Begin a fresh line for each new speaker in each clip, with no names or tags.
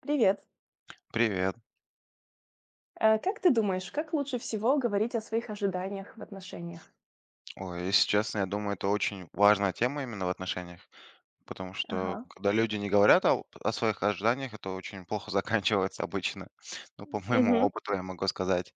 Привет.
Привет.
Как ты думаешь, как лучше всего говорить о своих ожиданиях в отношениях?
Ой, если честно, я думаю, это очень важная тема именно в отношениях, потому что
Ага.
когда люди не говорят о своих ожиданиях, это очень плохо заканчивается обычно. Ну, по моему
Угу.
опыту я могу сказать.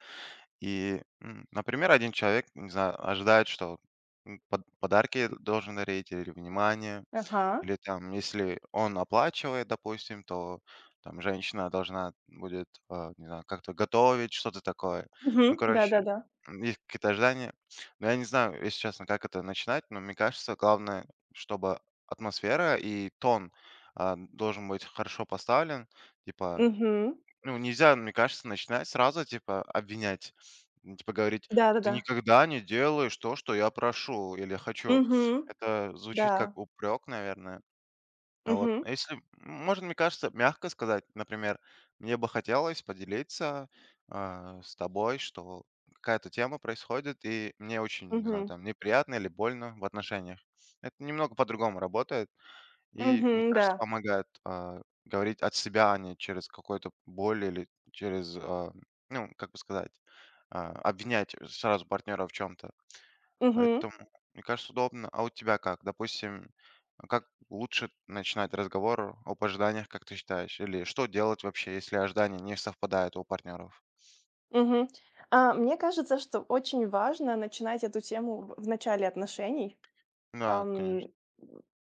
И, например, один человек, не знаю, ожидает, что подарки должен дарить или внимание.
Ага.
Или там, если он оплачивает, допустим, то там женщина должна будет, не знаю, как-то готовить, что-то такое. Ну,
Угу. Да, да,
короче,
да.
есть какие-то ожидания. Но я не знаю, если честно, как это начинать, но мне кажется, главное, чтобы атмосфера и тон должен быть хорошо поставлен. Типа,
Угу.
ну, нельзя, мне кажется, начинать сразу, типа, обвинять. Ну, типа, говорить,
Да, да,
ты
да.
никогда не делаешь то, что я прошу или хочу.
Угу.
Это звучит как
Да.
упрек, наверное. А вот,
Угу.
а если, можно, мне кажется, мягко сказать, например, мне бы хотелось поделиться с тобой, что какая-то тема происходит, и мне очень, не знаю,
Угу.
там, неприятно или больно в отношениях. Это немного по-другому работает, и, мне
Угу.
кажется,
Да.
помогает говорить от себя, а не через какую-то боль или через, ну, как бы сказать, обвинять сразу партнера в чем-то.
Угу.
Поэтому, мне кажется, удобно. А у тебя как? Допустим, а как лучше начинать разговор об ожиданиях, как ты считаешь? Или что делать вообще, если ожидания не совпадают у партнеров?
Угу. Мне кажется, что очень важно начинать эту тему в начале отношений.
Да,
Ам,
конечно.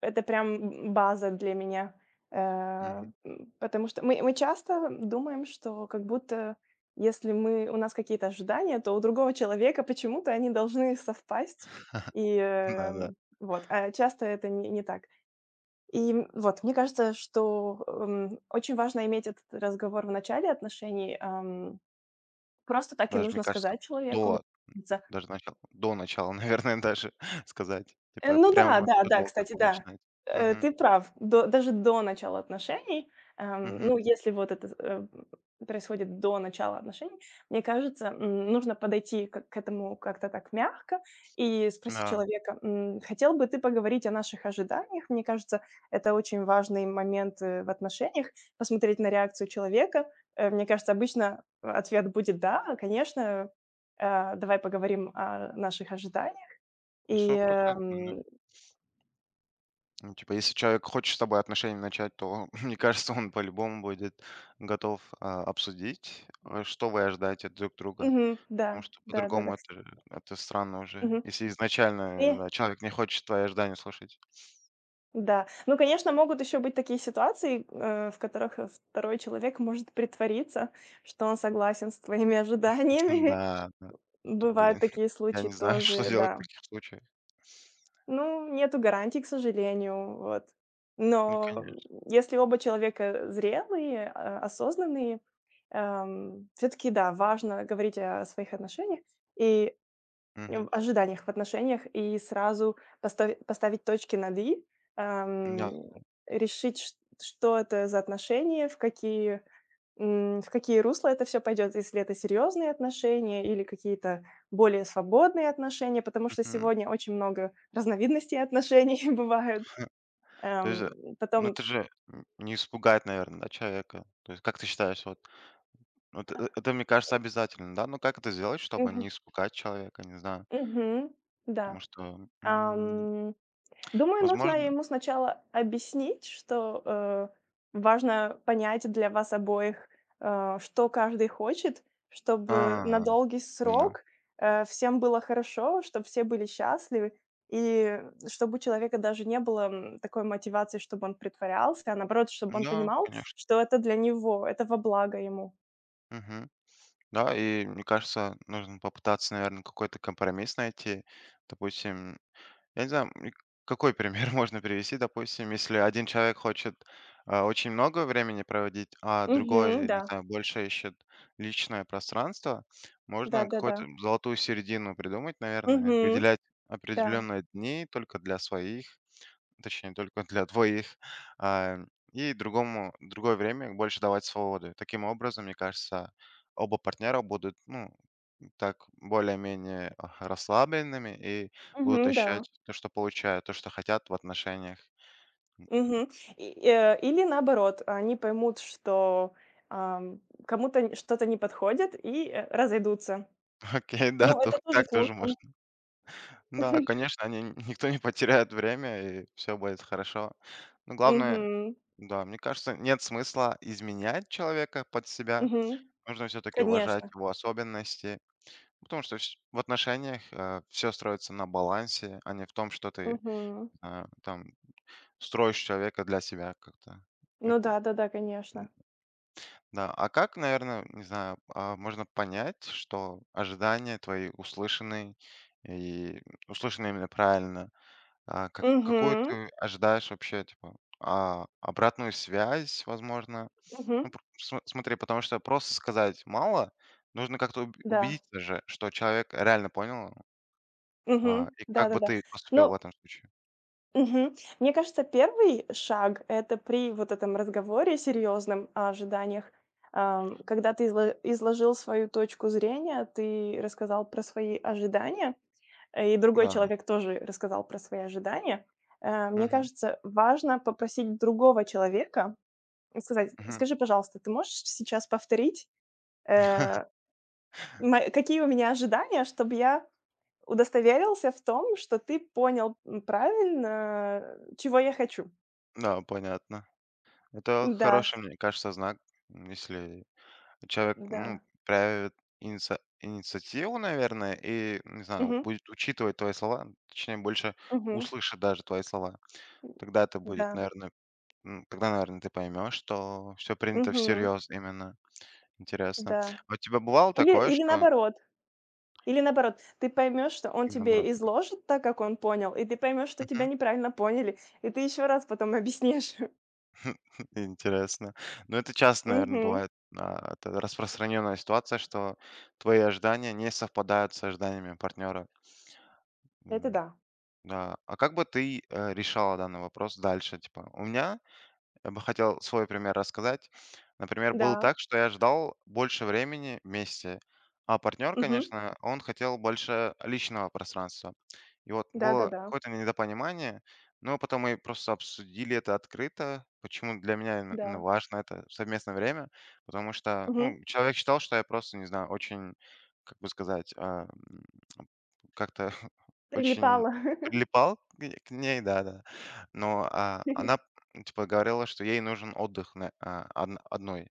это прям база для меня.
Мгм.
Потому что мы часто думаем, что как будто если мы у нас какие-то ожидания, то у другого человека почему-то они должны совпасть.
Да-да.
Вот, а часто это не так. Вот, мне кажется, что, очень важно иметь этот разговор в начале отношений. Просто так и
Даже, мне
нужно
кажется,
сказать человеку. Мне
до
кажется.
до начала, наверное, даже сказать. Типа
Ну да,
прямо
да,
до
да,
того, как
кстати, да.
начинать. Угу.
Ты прав. До Даже до начала отношений,
Мгм.
ну, если вот это происходит до начала отношений, мне кажется, нужно подойти к этому как-то так мягко и спросить
Да,
человека: Хотел бы ты поговорить о наших ожиданиях?" Мне кажется, это очень важный момент в отношениях. Посмотреть на реакцию человека. Мне кажется, обычно ответ будет: "Да, конечно, давай поговорим о наших ожиданиях". И,
сто процентов.
эм,
Ну, типа, если человек хочет с тобой отношения начать, то, мне кажется, он по-любому будет готов обсудить, что вы ожидаете друг друга.
Мгм. Да,
Потому что
да-да-да.
по-другому это, это странно уже.
Мгм.
Если изначально
И
да, человек не хочет твои ожидания слушать.
да. Ну, конечно, могут еще быть такие ситуации в которых второй человек может притвориться, что он согласен с твоими ожиданиями.
Да, да. То,
Бывают
блин,
такие
я
случаи
не знаю, что
тоже,
делать в
да.
таких случаях.
Ну, нету гарантий, к сожалению, вот.
Ну,
Но
конечно.
если оба человека зрелые, осознанные, все таки да, важно говорить о своих отношениях. И в
Мгм.
ожиданиях в отношениях, и сразу поставить точки над "и",
Да.
ам, решить, чт что это за отношения, в какие русла это все пойдет, если это серьезные отношения или какие-то более свободные отношения, потому что
Мгм.
сегодня очень много разновидностей отношений бывают.
То есть, ну,
Потом
это же не испугает, наверное, да, человека. То есть, как ты считаешь, вот. Вот это, мне
э,
кажется, обязательно, да? Но как это сделать, чтобы
Мгм.
не испугать человека, не знаю?
Мгм. Да.
Потому что,
Ам. Думаю, нужно
возможно.
ему сначала объяснить, что важно понять для вас обоих, что каждый хочет, чтобы на
А,
долгий
понял.
срок всем было хорошо, чтобы все были счастливы, и чтобы у человека даже не было такой мотивации, чтобы он притворялся, а наоборот, чтобы он
Да,
понимал,
конечно.
что это для него, это во благо ему.
Мгм. Да, и мне кажется, нужно попытаться, наверное, какой-то компромисс найти. Допустим. Я не знаю, какой пример можно привести. Допустим, если один человек хочет, очень много времени проводить, а
Мгм,
другой,
да.
не знаю, больше ищет личное пространство, можно
Да-да-да.
какую-то золотую середину придумать, наверное,
Мгм.
выделять
Да.
определенные дни только для своих, точнее, только для двоих, а, и другому другое время больше давать свободы. Таким образом, мне кажется, оба партнера будут, ну, так более-менее расслабленными и
Мгм, да.
будут
Угу, да.
ощущать то, что получают, то, что хотят в отношениях.
Мгм. Или наоборот, они поймут, что, ам, кому-то н что-то не подходит и разойдутся.
Окей, да,
Ну, это тоже
так
к
тоже
лучшему.
можно. Да, конечно, они, никто не потеряет время, и все будет хорошо. Но главное,
Мгм.
да, мне кажется, нет смысла изменять человека под себя.
Мгм.
Нужно все-таки уважать
Конечно.
его особенности, потому что в отношениях все строится на балансе, а не в том, что ты
Мгм.
там строишь человека для себя как-то.
Ну да-да-да, конечно.
Да, а как, наверное, не знаю, можно понять, что ожидания твои услышаны и услышаны именно правильно? А, как, какую
Угу.
ты ожидаешь вообще, типа, обратную связь, возможно? Ну,
Угу.
смотри, потому что просто сказать мало, нужно как-то
Да.
убедиться же, что человек реально понял,
Угу.
и как бы
Да-да-да.
ты поступил в
Ну.
этом случае.
Мгм. Мне кажется, первый шаг — это при вот этом разговоре серьезном о ожиданиях, когда ты изложил свою точку зрения, ты рассказал про свои ожидания, и другой
Да.
человек тоже рассказал про свои ожидания. Мне
Мгм.
кажется, важно попросить другого человека и сказать:
Мгм.
"Скажи, пожалуйста, ты можешь сейчас повторить, э, мо какие у меня ожидания, чтобы я удостоверился в том, что ты понял правильно, чего я хочу?"
Да, понятно. Это
Да,
хороший, мне кажется, знак, если человек, ну,
да.
проявит иница инициативу, наверное, и, не знаю,
Мгм,
будет учитывать твои слова, точнее, больше
мгм.
услышит даже твои слова. Тогда это будет,
Да.
наверное, тогда, наверное, ты поймешь, что все принято
Мгм.
всерьез именно. Интересно.
Да.
А у тебя бывало
Или
такое,
или
что
наоборот или наоборот, ты поймешь, что он
или наоборот?
тебе изложит так, как он понял, и ты поймешь, что тебя
Мгм.
неправильно поняли, и ты еще раз потом объяснишь.
Интересно. Ну, это часто, наверное,
Мгм.
бывает, это распространенная ситуация, что твои ожидания не совпадают с ожиданиями партнера.
Это да.
Да. А как бы ты, решала данный вопрос дальше? Типа, у меня, я бы хотел свой пример рассказать. Например, было
Да.
так, что я ждал больше времени вместе, а партнер,
Мгм.
конечно, он хотел больше личного пространства. И вот было
Да-да-да.
какое-то недопонимание, но потом мы просто обсудили это открыто, почему для меня именно
Да. Да.
именно
Да.
важно это совместное время, потому что,
Мгм.
ну, человек считал, что я просто, не знаю, очень, как бы сказать, м, как-то очень
Прилипала.
прилипал к ней, да-да. Но, она, типа, говорила, что ей нужен отдых на одной.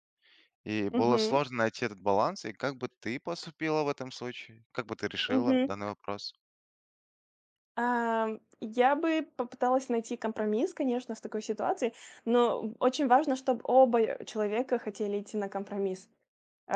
И было
Мгм.
сложно найти этот баланс. И как бы ты поступила в этом случае? Как бы ты решила
Мгм.
данный вопрос?
Я бы попыталась найти компромисс, конечно, в такой ситуации, но очень важно, чтобы оба человека хотели идти на компромисс.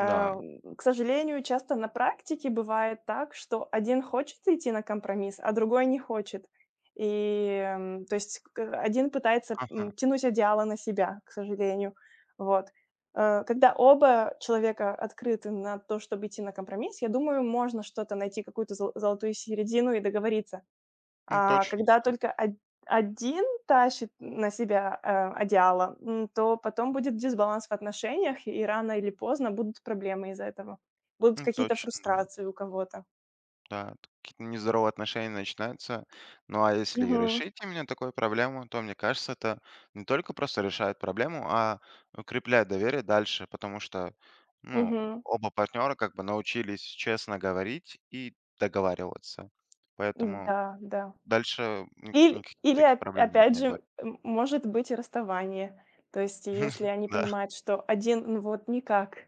Да.
К сожалению, часто на практике бывает так, что один хочет идти на компромисс, а другой не хочет. То есть, к один пытается
Ага.
тянуть одеяло на себя, к сожалению. Вот. Когда оба человека открыты на то, чтобы идти на компромисс, я думаю, можно что-то найти, какую-то золотую середину и договориться. А
Точно,
когда только од один тащит на себя одеяло, то потом будет дисбаланс в отношениях, и рано или поздно будут проблемы из-за этого. Будут какие-то
точно.
фрустрации у кого-то.
Да, какие-то нездоровые отношения начинаются. Ну а если и
Мгм,
решить именно такую проблему, то, мне кажется, это не только просто решает проблему, а укрепляет доверие дальше, потому что, ну,
мгм.
оба партнера как бы научились честно говорить и договариваться. Поэтому
Да, да.
дальше
Иль
никаких
или
таких
оп
проблем,
опять
наверное, не
же
будет.
может быть и расставание. То есть если они
Да.
понимают, что один, ну, вот никак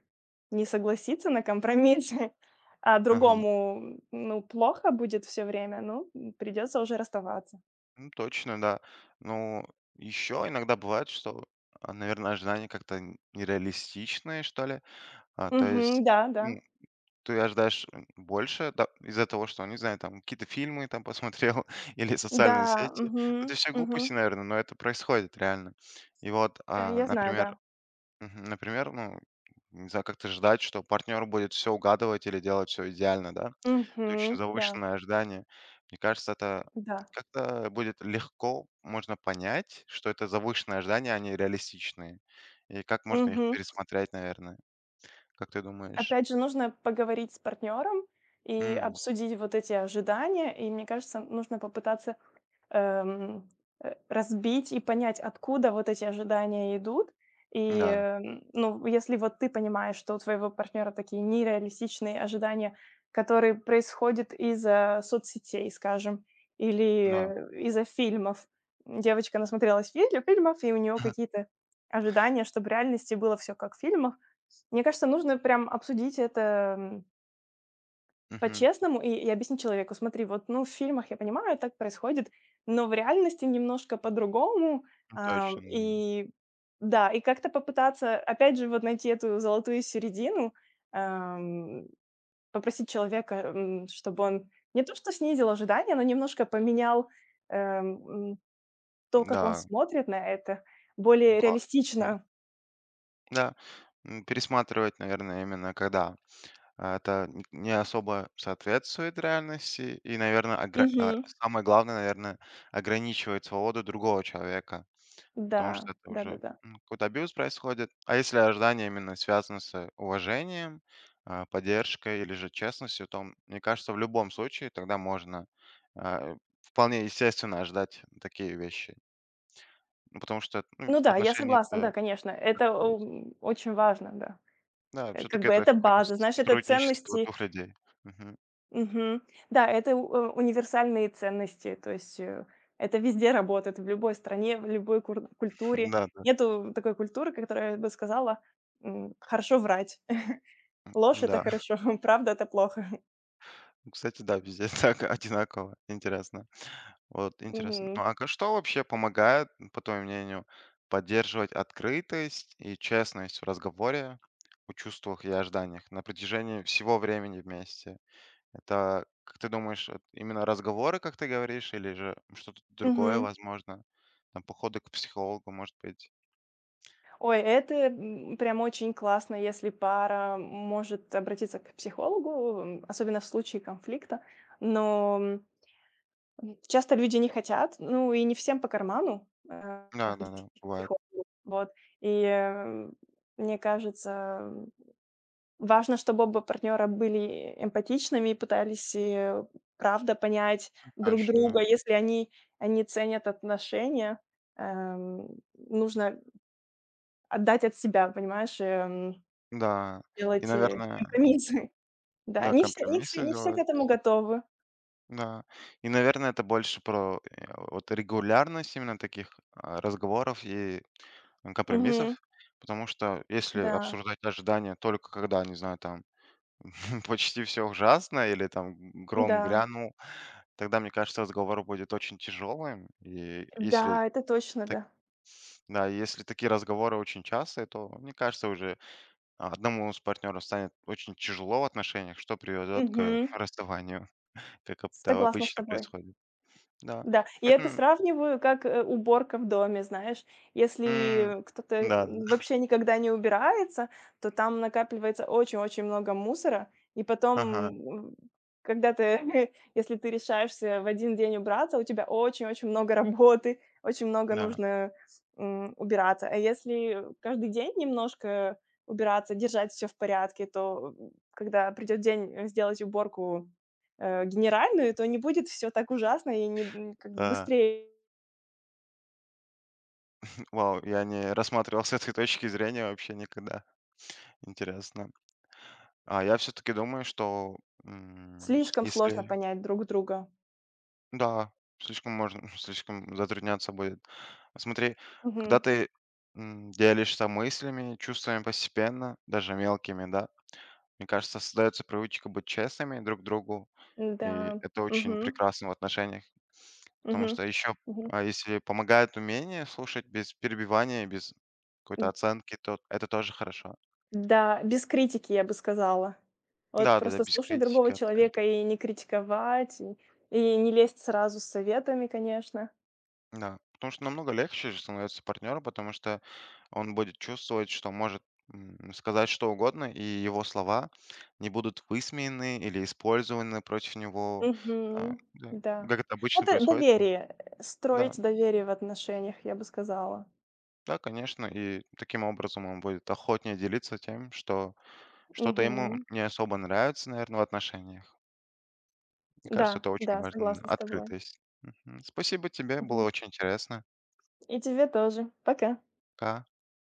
не согласится на компромисс, а
Ага.
другому, ну, плохо будет все время, ну, придется уже расставаться.
Ну, точно, да. Ну, еще иногда бывает, что, наверное, ожидания как-то нереалистичные, что ли. А, то есть,
Мгм. Да, да.
ну, ты ожидаешь, больше, да, из-за того, что, не знаю, там какие-то фильмы там посмотрел или
Да,
социальные сети. Это
мгм,
все
мгм.
глупости, наверное, но это происходит реально. И вот,
Я знаю, да.
например, ну, не знаю, как-то ждать, что партнер будет все угадывать или делать все идеально, да. Это очень
Мгм. Да,
завышенное ожидание. Мне кажется, это
да.
как-то будет легко можно понять, что это завышенные ожидания, они реалистичные. И как можно их
Мгм.
пересмотреть, наверное. Как ты думаешь?
Опять же, нужно поговорить с партнером и
М,
обсудить вот эти ожидания. И мне кажется, нужно попытаться эм, разбить и понять, откуда вот эти ожидания идут.
да,
Ну, если вот ты понимаешь, что у твоего партнера такие нереалистичные ожидания, которые происходят из-за соцсетей, скажем, или
да.
из-за фильмов. Девочка насмотрелась фильмов, и у нее какие-то ожидания, чтобы в реальности было все как в фильмах. Мне кажется, нужно прям обсудить это
Мгм.
по-честному и объяснить человеку: смотри, вот, ну, в фильмах я понимаю, так происходит, но в реальности немножко по-другому.
Ну, точно, м.
И да, и как-то попытаться, опять же, вот найти эту золотую середину, ам, попросить человека чтобы он не то что снизил ожидания, но немножко поменял, эм, м, то, как он
Да,
смотрит на это, более
класс. Мгм.
реалистично.
Да, пересматривать, наверное, именно когда, это н не особо соответствует реальности и, наверное,
Мгм.
самое главное, наверное, ограничивает свободу другого человека, потому что
Да,
это уже,
да-да-да.
какой-то абьюз происходит. А если ожидание именно связано с уважением, поддержкой или же честностью, то, мне кажется, в любом случае тогда можно, а, вполне естественно ожидать такие вещи. Ну, потому что, ну,
Ну да, я
отношения-
согласна, да,
это
конечно,
как
это,
бы,
очень важно, да.
да, все
Как
таки
бы
это
это
какое-то
база, знаешь, это
сотрудничество
ценности.
двух людей. Мгм.
Мгм. Да, это универсальные ценности, то есть это везде работает, в любой стране, в любой кур культуре.
Да, да,
Нету такой культуры, которая бы сказала хорошо врать. Ложь — это
да.
хорошо, правда — это плохо.
Кстати, да, везде так одинаково. Интересно. Вот интересно.
Мгм.
Ну, а ка что вообще помогает, по твоему мнению, поддерживать открытость и честность в разговоре о чувствах и ожиданиях на протяжении всего времени вместе? Это, как ты думаешь, вот именно разговоры, как ты говоришь, или же что-то другое,
Мгм.
возможно? Там походы к психологу, может быть?
Ой, это прям очень классно, если пара может обратиться к психологу особенно в случае конфликта. Но часто люди не хотят, ну, и не всем по карману ходить
Да-да-да,
к
бывает,
психологу. Вот. И, э, Мне кажется, важно, чтобы оба партнера были эмпатичными и пытались правда понять друг
точно. Да.
друга. Если они ценят отношения, нужно отдать от себя, понимаешь,
Да, и,
делать
наверное,
компромиссы. Да,
да, компромиссы
не все к
делать.
этому готовы.
Да. И, наверное, это больше про, вот регулярность именно таких, разговоров и
Мгм.
компромиссов. Потому что если
Да,
обсуждать ожидания только когда, не знаю, там почти всё ужасно или там гром
да,
грянул, тогда, мне кажется, разговор будет очень тяжелым. И если
да, это точно,
так
да.
да, если такие разговоры очень частые, то, мне кажется, уже а одному из партнеров станет очень тяжело в отношениях, что приведет к
Мгм.
расставанию, как это
Согласна с
обычно
тобой.
происходит. Да,
Да, я это
поэтому,
сравниваю, как уборка в доме, знаешь.
м,
Если кто-то
да, да,
вообще никогда не убирается, то там накапливается очень-очень много мусора. И потом
ага,
м, когда ты если ты решаешься в один день убраться, у тебя очень-очень много работы, очень много
да,
нужно убираться. А если каждый день немножко убираться, держать все в порядке, то когда придет день сделать уборку генеральную, то не будет все так ужасно и не н как бы
да.
быстрее.
Вау, я не рассматривал с этой точки зрения вообще никогда. Интересно. А я все-таки думаю, что
Слишком сложно
если...
понять друг друга.
Да, слишком можно, слишком затрудняться будет. Смотри, когда
Мгм.
ты делишься мыслями, чувствами постепенно, даже мелкими, да, мне кажется, создается привычка быть честными друг к другу,
Да.
и это очень
Мгм.
прекрасно в отношениях. Потому
Мгм.
что еще,
Мгм.
если помогает умение слушать без перебивания, без какой-то
М,
оценки, то это тоже хорошо.
да, без критики, я бы сказала. Вот
Да-да-да,
просто
без
слушать
критики,
другого
оценки.
человека и не критиковать, и не лезть сразу с советами, конечно.
Да, потому что намного легче же становится партнеру, потому что он будет чувствовать, что может сказать что угодно, и его слова не будут высмеяны или использованы против него,
Мгм.
да,
Да.
как это
Вот
обычно происходит. Там.
доверие,
Да.
строить доверие в отношениях, я бы сказала.
Да, конечно, и таким образом он будет охотнее делиться тем, что что-то ему
Мгм.
не особо нравится, наверное, в отношениях. Мне кажется,
Да,
это очень
да,
важно, да,
согласна с тобой.
открытость. Мгм. Спасибо тебе,
Мгм.
было очень интересно.
И тебе тоже. Пока.
Пока.